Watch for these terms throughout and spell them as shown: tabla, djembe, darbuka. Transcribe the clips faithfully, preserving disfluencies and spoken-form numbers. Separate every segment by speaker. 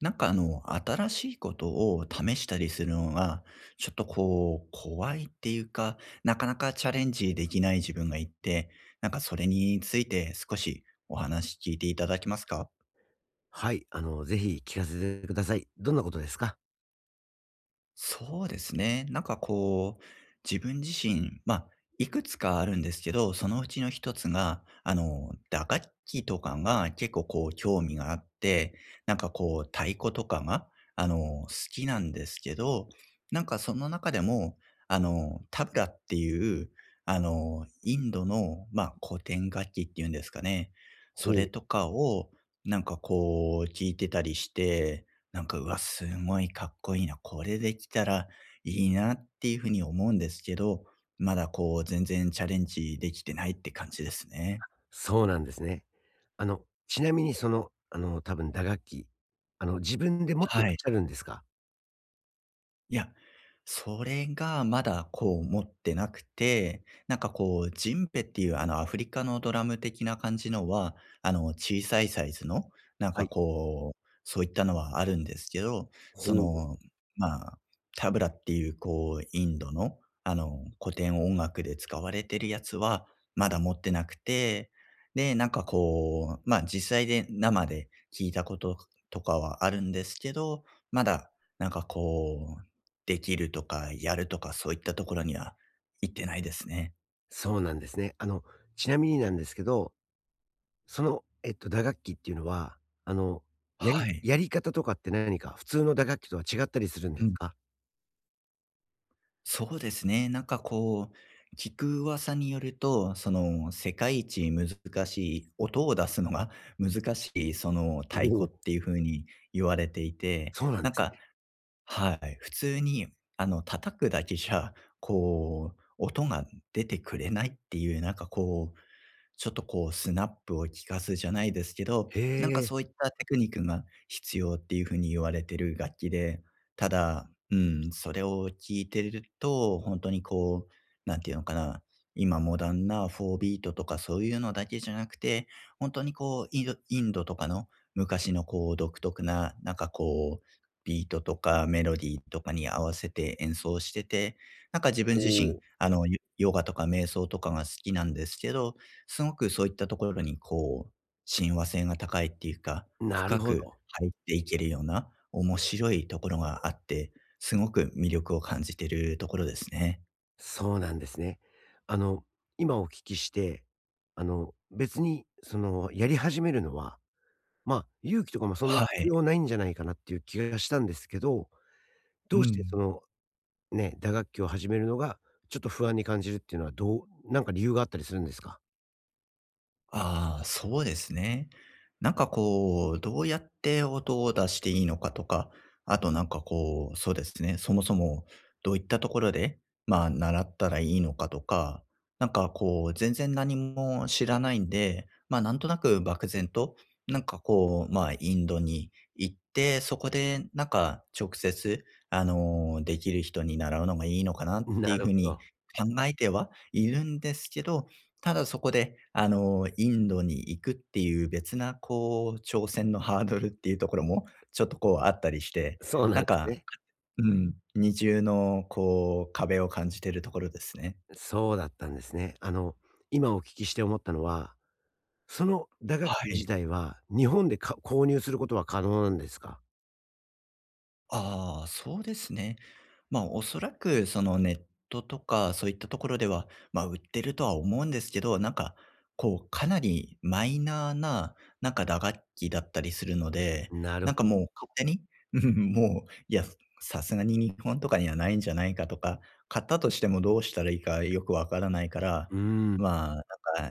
Speaker 1: なんかあの、新しいことを試したりするのが、ちょっとこう、怖いっていうか、なかなかチャレンジできない自分がいて、なんかそれについて少しお話聞いていただけますか？
Speaker 2: はい、あの、ぜひ聞かせてください。どんなことですか？
Speaker 1: そうですね。なんかこう、自分自身、まあ、いくつかあるんですけど、そのうちの一つが、あの、打楽器とかが結構こう興味があって、なんかこう太鼓とかが、あの、好きなんですけど、なんかその中でも、あの、タブラっていう、あの、インドの、まあ、古典楽器っていうんですかね。
Speaker 2: ほ
Speaker 1: そ
Speaker 2: う。
Speaker 1: れとかを、なんかこう、聞いてたりして、なんか、うわ、すごいかっこいいな、これできたらいいなっていう風に思うんですけど、まだこう全然チャレンジできてないって感じですね。
Speaker 2: そうなんですね。あの、ちなみにその、あの、多分打楽器、あの、自分で持ってらっ
Speaker 1: はい。
Speaker 2: しゃるんですか？
Speaker 1: いや、それがまだこう持ってなくて、なんかこう、ジンペっていうあのアフリカのドラム的な感じのは、あの小さいサイズの、なん
Speaker 2: は
Speaker 1: か
Speaker 2: い。
Speaker 1: こう、そういったのはあるんですけど、そ
Speaker 2: ほう。
Speaker 1: の、まあ、タブラっていうこう、インドの、あの古典音楽で使われてるやつは、まだ持ってなくて、で、なんかこう、まあ実際で生で聞いたこととかはあるんですけど、まだなんかこう、できるとか、やるとか、そういったところには行ってないですね。
Speaker 2: そうなんですね。あの、ちなみになんですけど、その、えっと、打楽器っていうのは、あの、や
Speaker 1: は
Speaker 2: り
Speaker 1: い。
Speaker 2: やり方とかって何か普通の打楽器とは違ったりするんで
Speaker 1: う
Speaker 2: す
Speaker 1: ん。
Speaker 2: か？
Speaker 1: そうですね。なんかこう、聞く噂によると、その、世界一難しい、音を出すのが 難しい、その、太
Speaker 2: おお
Speaker 1: 鼓っ
Speaker 2: ー。
Speaker 1: ていう風に言われていて、
Speaker 2: そうなんで
Speaker 1: なん
Speaker 2: す
Speaker 1: か
Speaker 2: ね。
Speaker 1: はい、普通に、あの、叩くだけじゃ、こう、音が出てくれないっていう、なんかこう、ちょっとこうスナップを効かすじゃないですけど、
Speaker 2: へ
Speaker 1: なんか
Speaker 2: え。
Speaker 1: そういったテクニックが必要っていう風に言われてる楽器で、ただ、うん、それを聴いてると、本当にこう、なんていうのかな、今モダンなフォービートとかそういうのだけじゃなくて、本当にこうインドインドとかの昔のこう独特な、なんかこう、ビートとかメロディーとかに合わせて演奏してて、なんか自分自
Speaker 2: ほ
Speaker 1: 身、
Speaker 2: う。
Speaker 1: あの、ヨヨガとか瞑想とかが好きなんですけど、すごくそういったところにこう、親和性が高いっていうか、
Speaker 2: なる
Speaker 1: 深
Speaker 2: ほ
Speaker 1: く
Speaker 2: ど。
Speaker 1: 入っていけるような面白いところがあって、すごく魅力を感じてるところですね。
Speaker 2: そうなんですね。あの、今お聞きして、あの、別に、その、やり始めるのは、まあ、勇気とかもそんな
Speaker 1: は
Speaker 2: 必
Speaker 1: い。
Speaker 2: 要ないんじゃないかなっていう気がしたんですけど、ど
Speaker 1: う
Speaker 2: うしてそ
Speaker 1: ん。
Speaker 2: の、ね、打楽器を始めるのが、ちょっと不安に感じるっていうのは、どうなんか理由があったりするんですか？
Speaker 1: ああ、そうですね。なんかこう、どうやって音を出していいのかとか、あとなんかこう、そうですね、そもそもどういったところで、まあ、習ったらいいのかとか、なんかこう、全然何も知らないんで、まあ、なんとなく漠然と、なんかこう、まあ、インドに行って、そこでなんか直接、あの、できる人に習うのがいいのかなっ
Speaker 2: な
Speaker 1: ていう
Speaker 2: る
Speaker 1: ふう
Speaker 2: ほ
Speaker 1: に
Speaker 2: ど。
Speaker 1: 考えてはいるんですけど、ただそこで、あの、インドに行くっていう別なこう、挑戦のハードルっていうところも、ちょっとこうあったりして、
Speaker 2: そうな
Speaker 1: な
Speaker 2: ん
Speaker 1: ん
Speaker 2: です
Speaker 1: か、
Speaker 2: ね。
Speaker 1: うん、二重のこう壁を感じてるところですね。
Speaker 2: そうだったんですね。あの、今お聞きして思ったのは、その打楽
Speaker 1: は
Speaker 2: 器自
Speaker 1: い。
Speaker 2: 体は、日本でか購入することは可能なんですか？
Speaker 1: ああ、そうですね。まあ、おそらくそのネットとかそういったところでは、まあ、売ってるとは思うんですけど、なんか、こう、かなりマイナーな、なんか打楽器だったりするので、
Speaker 2: なる
Speaker 1: なん
Speaker 2: ほ
Speaker 1: か
Speaker 2: ど。
Speaker 1: もう勝手に、うん、もう、いや、さすがに日本とかにはないんじゃないかとか、買ったとしてもどうしたらいいかよくわからないから、
Speaker 2: うーん。
Speaker 1: まあ、な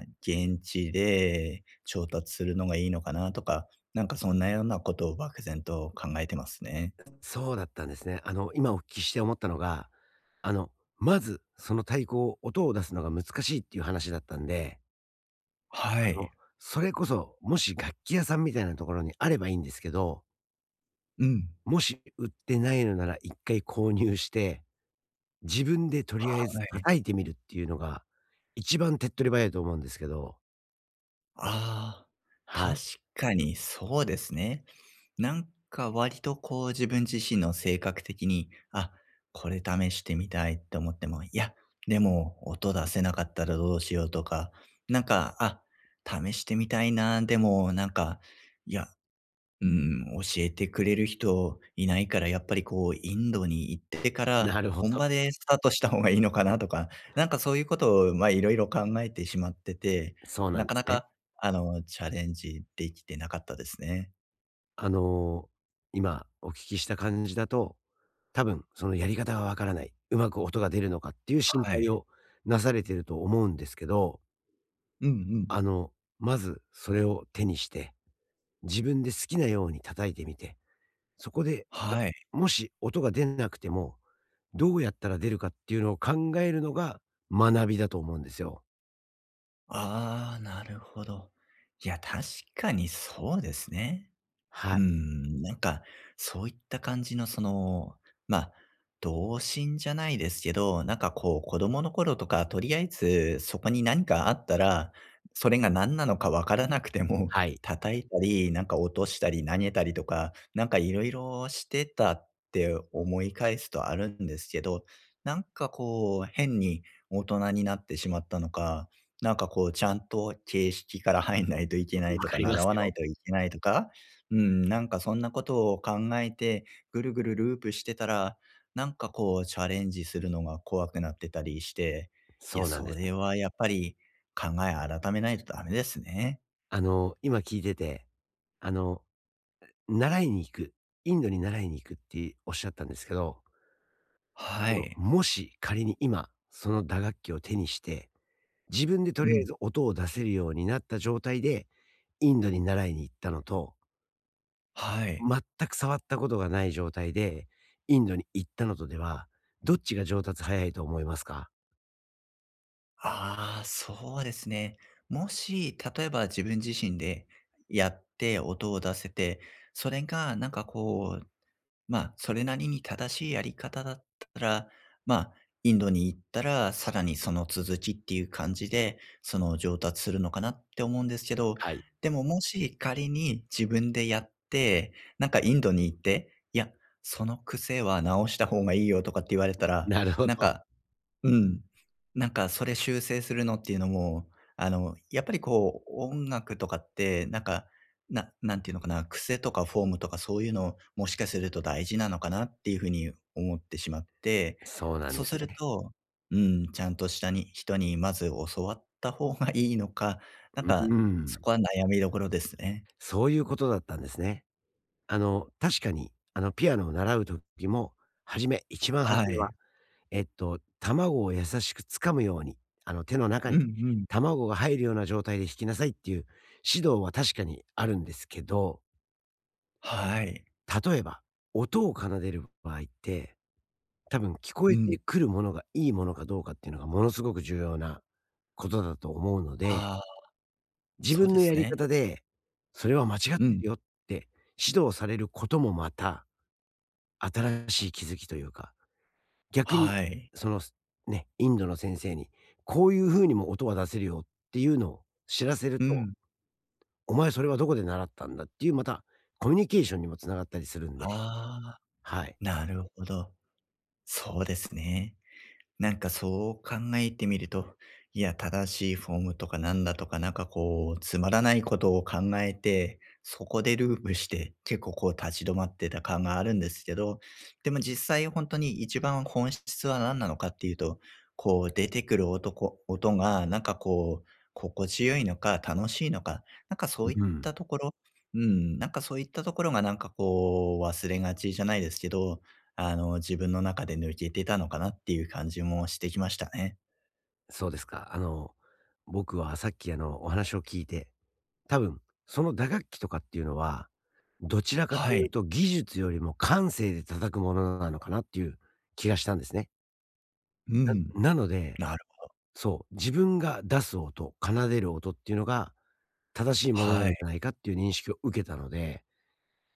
Speaker 1: んか現地で調達するのがいいのかなとか、なんかそんなようなことを漠然と考えてますね。
Speaker 2: そうだったんですね。あの、今お聞きして思ったのが、あの、まず、その太鼓を音を出すのが難しいっていう話だったんで、
Speaker 1: は
Speaker 2: あの、
Speaker 1: い。
Speaker 2: それこそ、もし楽器屋さんみたいなところにあればいいんですけど、
Speaker 1: うん。
Speaker 2: もし売ってないのなら一回購入して、自分でとりあえず
Speaker 1: はい。
Speaker 2: 叩いてみるっていうのが、一番手っ取り早いと思うんですけど、
Speaker 1: ああ、
Speaker 2: は
Speaker 1: 確
Speaker 2: い。
Speaker 1: かにそうですね。なんか割とこう自分自身の性格的に、あ、これ試してみたいって思っても、いや、でも音出せなかったらどうしようとか、なんか、あ、試してみたいな、でもなんか、いや、うん、教えてくれる人いないから、やっぱりこう、インドに行ってから、
Speaker 2: なるほ
Speaker 1: 本場
Speaker 2: ど。
Speaker 1: でスタートした方がいいのかなとか、なんかそういうことを、まあ、いろいろ考えてしまってて、
Speaker 2: そうなん
Speaker 1: な
Speaker 2: で
Speaker 1: か
Speaker 2: す
Speaker 1: な
Speaker 2: ね。
Speaker 1: か、あの、チャレンジできてなかったですね。
Speaker 2: あの、今お聞きした感じだと、多分、そのやり方がわからない、うまく音が出るのかっていう心
Speaker 1: は
Speaker 2: 配
Speaker 1: い。
Speaker 2: をなされてると思うんですけど、
Speaker 1: うんうん。
Speaker 2: あの、まずそれを手にして、自分で好きなように叩いてみて、そこで、あ、
Speaker 1: はい。
Speaker 2: もし音が出なくても、どうやったら出るかっていうのを考えるのが学びだと思うんですよ。
Speaker 1: ああ、なるほど。いや、確かにそうですね。
Speaker 2: は
Speaker 1: うー
Speaker 2: い、
Speaker 1: ん、なんか、そういった感じのその、ま、あ童心じゃないですけど、なんかこう子供の頃とか、とりあえずそこに何かあったら、それが何なのかわからなくても、
Speaker 2: はい、
Speaker 1: 叩いたり、なんか落としたり投げたりとか、なんかいろいろしてたって思い返すとあるんですけど、なんかこう変に大人になってしまったのか、なんかこうちゃんと形式から入んないといけない
Speaker 2: わ
Speaker 1: と
Speaker 2: か
Speaker 1: か、
Speaker 2: りま
Speaker 1: 習
Speaker 2: す
Speaker 1: わな
Speaker 2: よ。
Speaker 1: いといけないとか、うん、なんかそんなことを考えて、ぐるぐるループしてたら、なんかこうチャレンジするのが怖くなってたりして、い
Speaker 2: そ
Speaker 1: や、
Speaker 2: うなんで
Speaker 1: そ
Speaker 2: すね。
Speaker 1: れはやっぱり考え改めないとダメですね。
Speaker 2: あの、今聞いてて、あの、習いに行く、インドに習いに行くっておっしゃったんですけど、
Speaker 1: は
Speaker 2: あの、
Speaker 1: い。
Speaker 2: もし仮に今、その打楽器を手にして、自分でと
Speaker 1: う
Speaker 2: りあえ
Speaker 1: ん。
Speaker 2: ず音を出せるようになった状態で、インドに習いに行ったのと、
Speaker 1: はい。
Speaker 2: 全く触ったことがない状態で、インドに行ったのとでは、どっちが上達早いと思いますか？
Speaker 1: ああ、そうですね。もし、例えば自分自身でやって音を出せて、それがなんかこうまあ、それなりに正しいやり方だったら、まあ、インドに行ったら、さらにその続きっていう感じで、その上達するのかなって思うんですけど、
Speaker 2: はい、
Speaker 1: でももし仮に自分でやって、なんかインドに行って、いや、その癖は直した方がいいよとかって言われたら、
Speaker 2: なるほど。
Speaker 1: なんかうん。なんかそれ修正するのっていうのも、あの、やっぱりこう、音楽とかって、なんか、ななんていうのかな、癖とかフォームとかそういうの、もしかすると大事なのかなっていうふうに思ってしまって、
Speaker 2: そうなん
Speaker 1: そ
Speaker 2: で
Speaker 1: う
Speaker 2: す
Speaker 1: する
Speaker 2: ね。
Speaker 1: と、うん、ちゃんとしたに人にまず教わった方がいいのか、なん
Speaker 2: う
Speaker 1: か、そ
Speaker 2: ん、
Speaker 1: こは悩みどころですね。
Speaker 2: そういうことだったんですね。あの、確かに、あの、ピアノを習う時も、初め一番
Speaker 1: は
Speaker 2: 初めは
Speaker 1: い。
Speaker 2: えっと、卵を優しく掴むように、あの、手の中
Speaker 1: う
Speaker 2: に
Speaker 1: んうん。
Speaker 2: 卵が入るような状態で引きなさいっていう指導は確かにあるんですけど、
Speaker 1: はい。
Speaker 2: 例えば、音を奏でる場合って、多分聞こ
Speaker 1: う
Speaker 2: え
Speaker 1: ん。
Speaker 2: てくるものがいいものかどうかっていうのがものすごく重要なことだと思うので、
Speaker 1: ああ、
Speaker 2: 自
Speaker 1: そう
Speaker 2: 分
Speaker 1: で
Speaker 2: のや
Speaker 1: す
Speaker 2: り
Speaker 1: ね。
Speaker 2: 方で、それは間違っ
Speaker 1: う
Speaker 2: て
Speaker 1: ん。
Speaker 2: るよって指導されることもまた、新しい気づきというか逆に、
Speaker 1: はい。
Speaker 2: その、すね、インドの先生に、こういう風にも音は出せるよっていうのを知らせる
Speaker 1: う
Speaker 2: と、
Speaker 1: ん。
Speaker 2: お前それはどこで習ったんだっていう、またコミュニケーションにも繋がったりするんで、
Speaker 1: ああ。
Speaker 2: はい。
Speaker 1: なるほど。そうですね。なんかそう考えてみると、いや、正しいフォームとかなんだとか、なんかこう、つまらないことを考えて、そこでループして、結構こう立ち止まってた感があるんですけど、でも実際本当に一番本質は何なのかっていうと、こう出てくる男音が、なんかこう、心地よいのか楽しいのか、なんかそういっ
Speaker 2: うん、
Speaker 1: たところ、うん、なんかそういったところがなんかこう忘れがちじゃないですけど、あの、自分の中で抜けてたのかなっていう感じもしてきましたね。
Speaker 2: そうですか。あの、僕はさっきあの、お話を聞いて、多分その打楽器とかっていうのは、どちらかと
Speaker 1: は
Speaker 2: いう
Speaker 1: い。
Speaker 2: と技術よりも感性で叩くものなのかなっていう気がしたんですね。
Speaker 1: うん。
Speaker 2: なので、
Speaker 1: なる
Speaker 2: そう、自分が出す音、奏でる音っていうのが正しいものなん
Speaker 1: は
Speaker 2: じゃ
Speaker 1: い。
Speaker 2: ないかっていう認識を受けたので、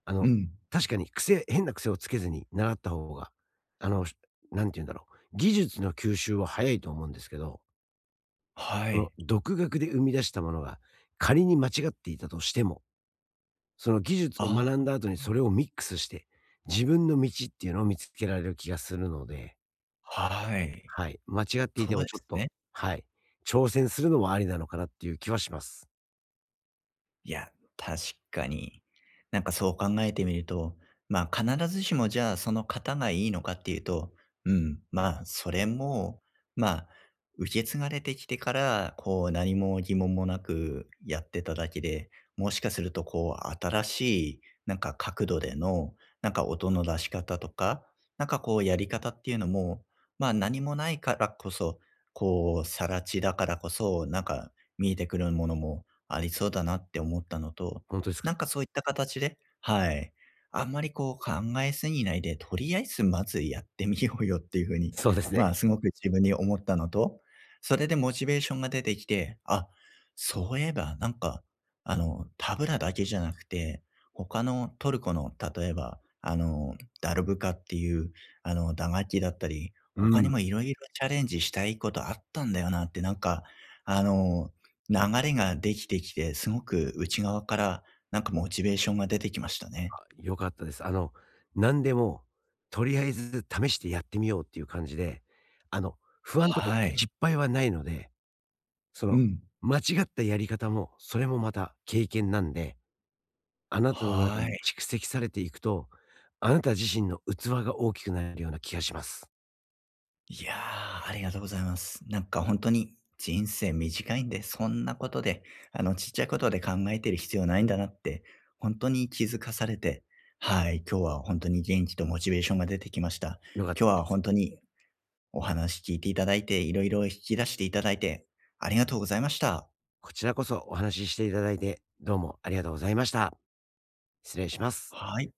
Speaker 2: あ
Speaker 1: う
Speaker 2: の、
Speaker 1: ん。
Speaker 2: 確かに癖変な癖をつけずに習った方が、あの、しなんて言うんだろう、技術の吸収は早いと思うんですけど、
Speaker 1: は
Speaker 2: その
Speaker 1: い。
Speaker 2: 独学で生み出したものが仮に間違っていたとしても、その技術を
Speaker 1: あ、
Speaker 2: 学んだ後にそれをミックスして、自分の道っていうのを見つけられる気がするので、
Speaker 1: はい。
Speaker 2: はい、間違っていて
Speaker 1: そう
Speaker 2: も
Speaker 1: で
Speaker 2: ちょ
Speaker 1: す
Speaker 2: っと、
Speaker 1: ね。
Speaker 2: はい、挑戦するのもありなのかなっていう気はします。
Speaker 1: いや、確かに。なんかそう考えてみると、まあ必ずしもじゃあその方がいいのかっていうと、うん、まあそれも、まあ受け継がれてきてから、こう何も疑問もなくやってただけで、もしかするとこう新しいなんか角度での、なんか音の出し方とか、なんかこうやり方っていうのも、まあ何もないからこそ、こう、さら地だからこそ、なんか見えてくるものもありそうだなって思ったのと、
Speaker 2: 本当ですか？
Speaker 1: なんかそういった形ではい。あんまりこう考えすぎないで、とりあえずまずやってみようよっていうふうに、
Speaker 2: そうです ね。
Speaker 1: まあ、すごく自分に思ったのと、それでモチベーションが出てきて、あ、そういえばなんか、あの、タブラだけじゃなくて、他のトルコの例えば、あの、ダルブカっていう、あの、打楽器だったり、
Speaker 2: う
Speaker 1: 他に
Speaker 2: ん。
Speaker 1: もいろいろチャレンジしたいことあったんだよなってなんか、あの流れができてきて、すごく内側からなんかモチベーションが出てきましたね。
Speaker 2: 良かったです。あの、何でも、とりあえず試してやってみようっていう感じで、あの、不安とか
Speaker 1: はい。
Speaker 2: 失敗はないので、その、
Speaker 1: うん。
Speaker 2: 間違ったやり方も、それもまた経験なんで、あなたの中
Speaker 1: は
Speaker 2: に
Speaker 1: い。
Speaker 2: 蓄積されていくと、あなた自身の器が大きくなるような気がします。
Speaker 1: いやー、ありがとうございます。なんか本当に人生短いんで、そんなことで、あの、ちっちゃいことで考えてる必要ないんだなって、本当に気づかされて、はい、今日は本当に元気とモチベーションが出てきました。
Speaker 2: よかっ
Speaker 1: 今日
Speaker 2: た。
Speaker 1: は本当にお話聞いていただいて、いろいろ引き出していただいて、ありがとうございました。
Speaker 2: こちらこそお話ししていただいて、どうもありがとうございました。失礼します。
Speaker 1: はい。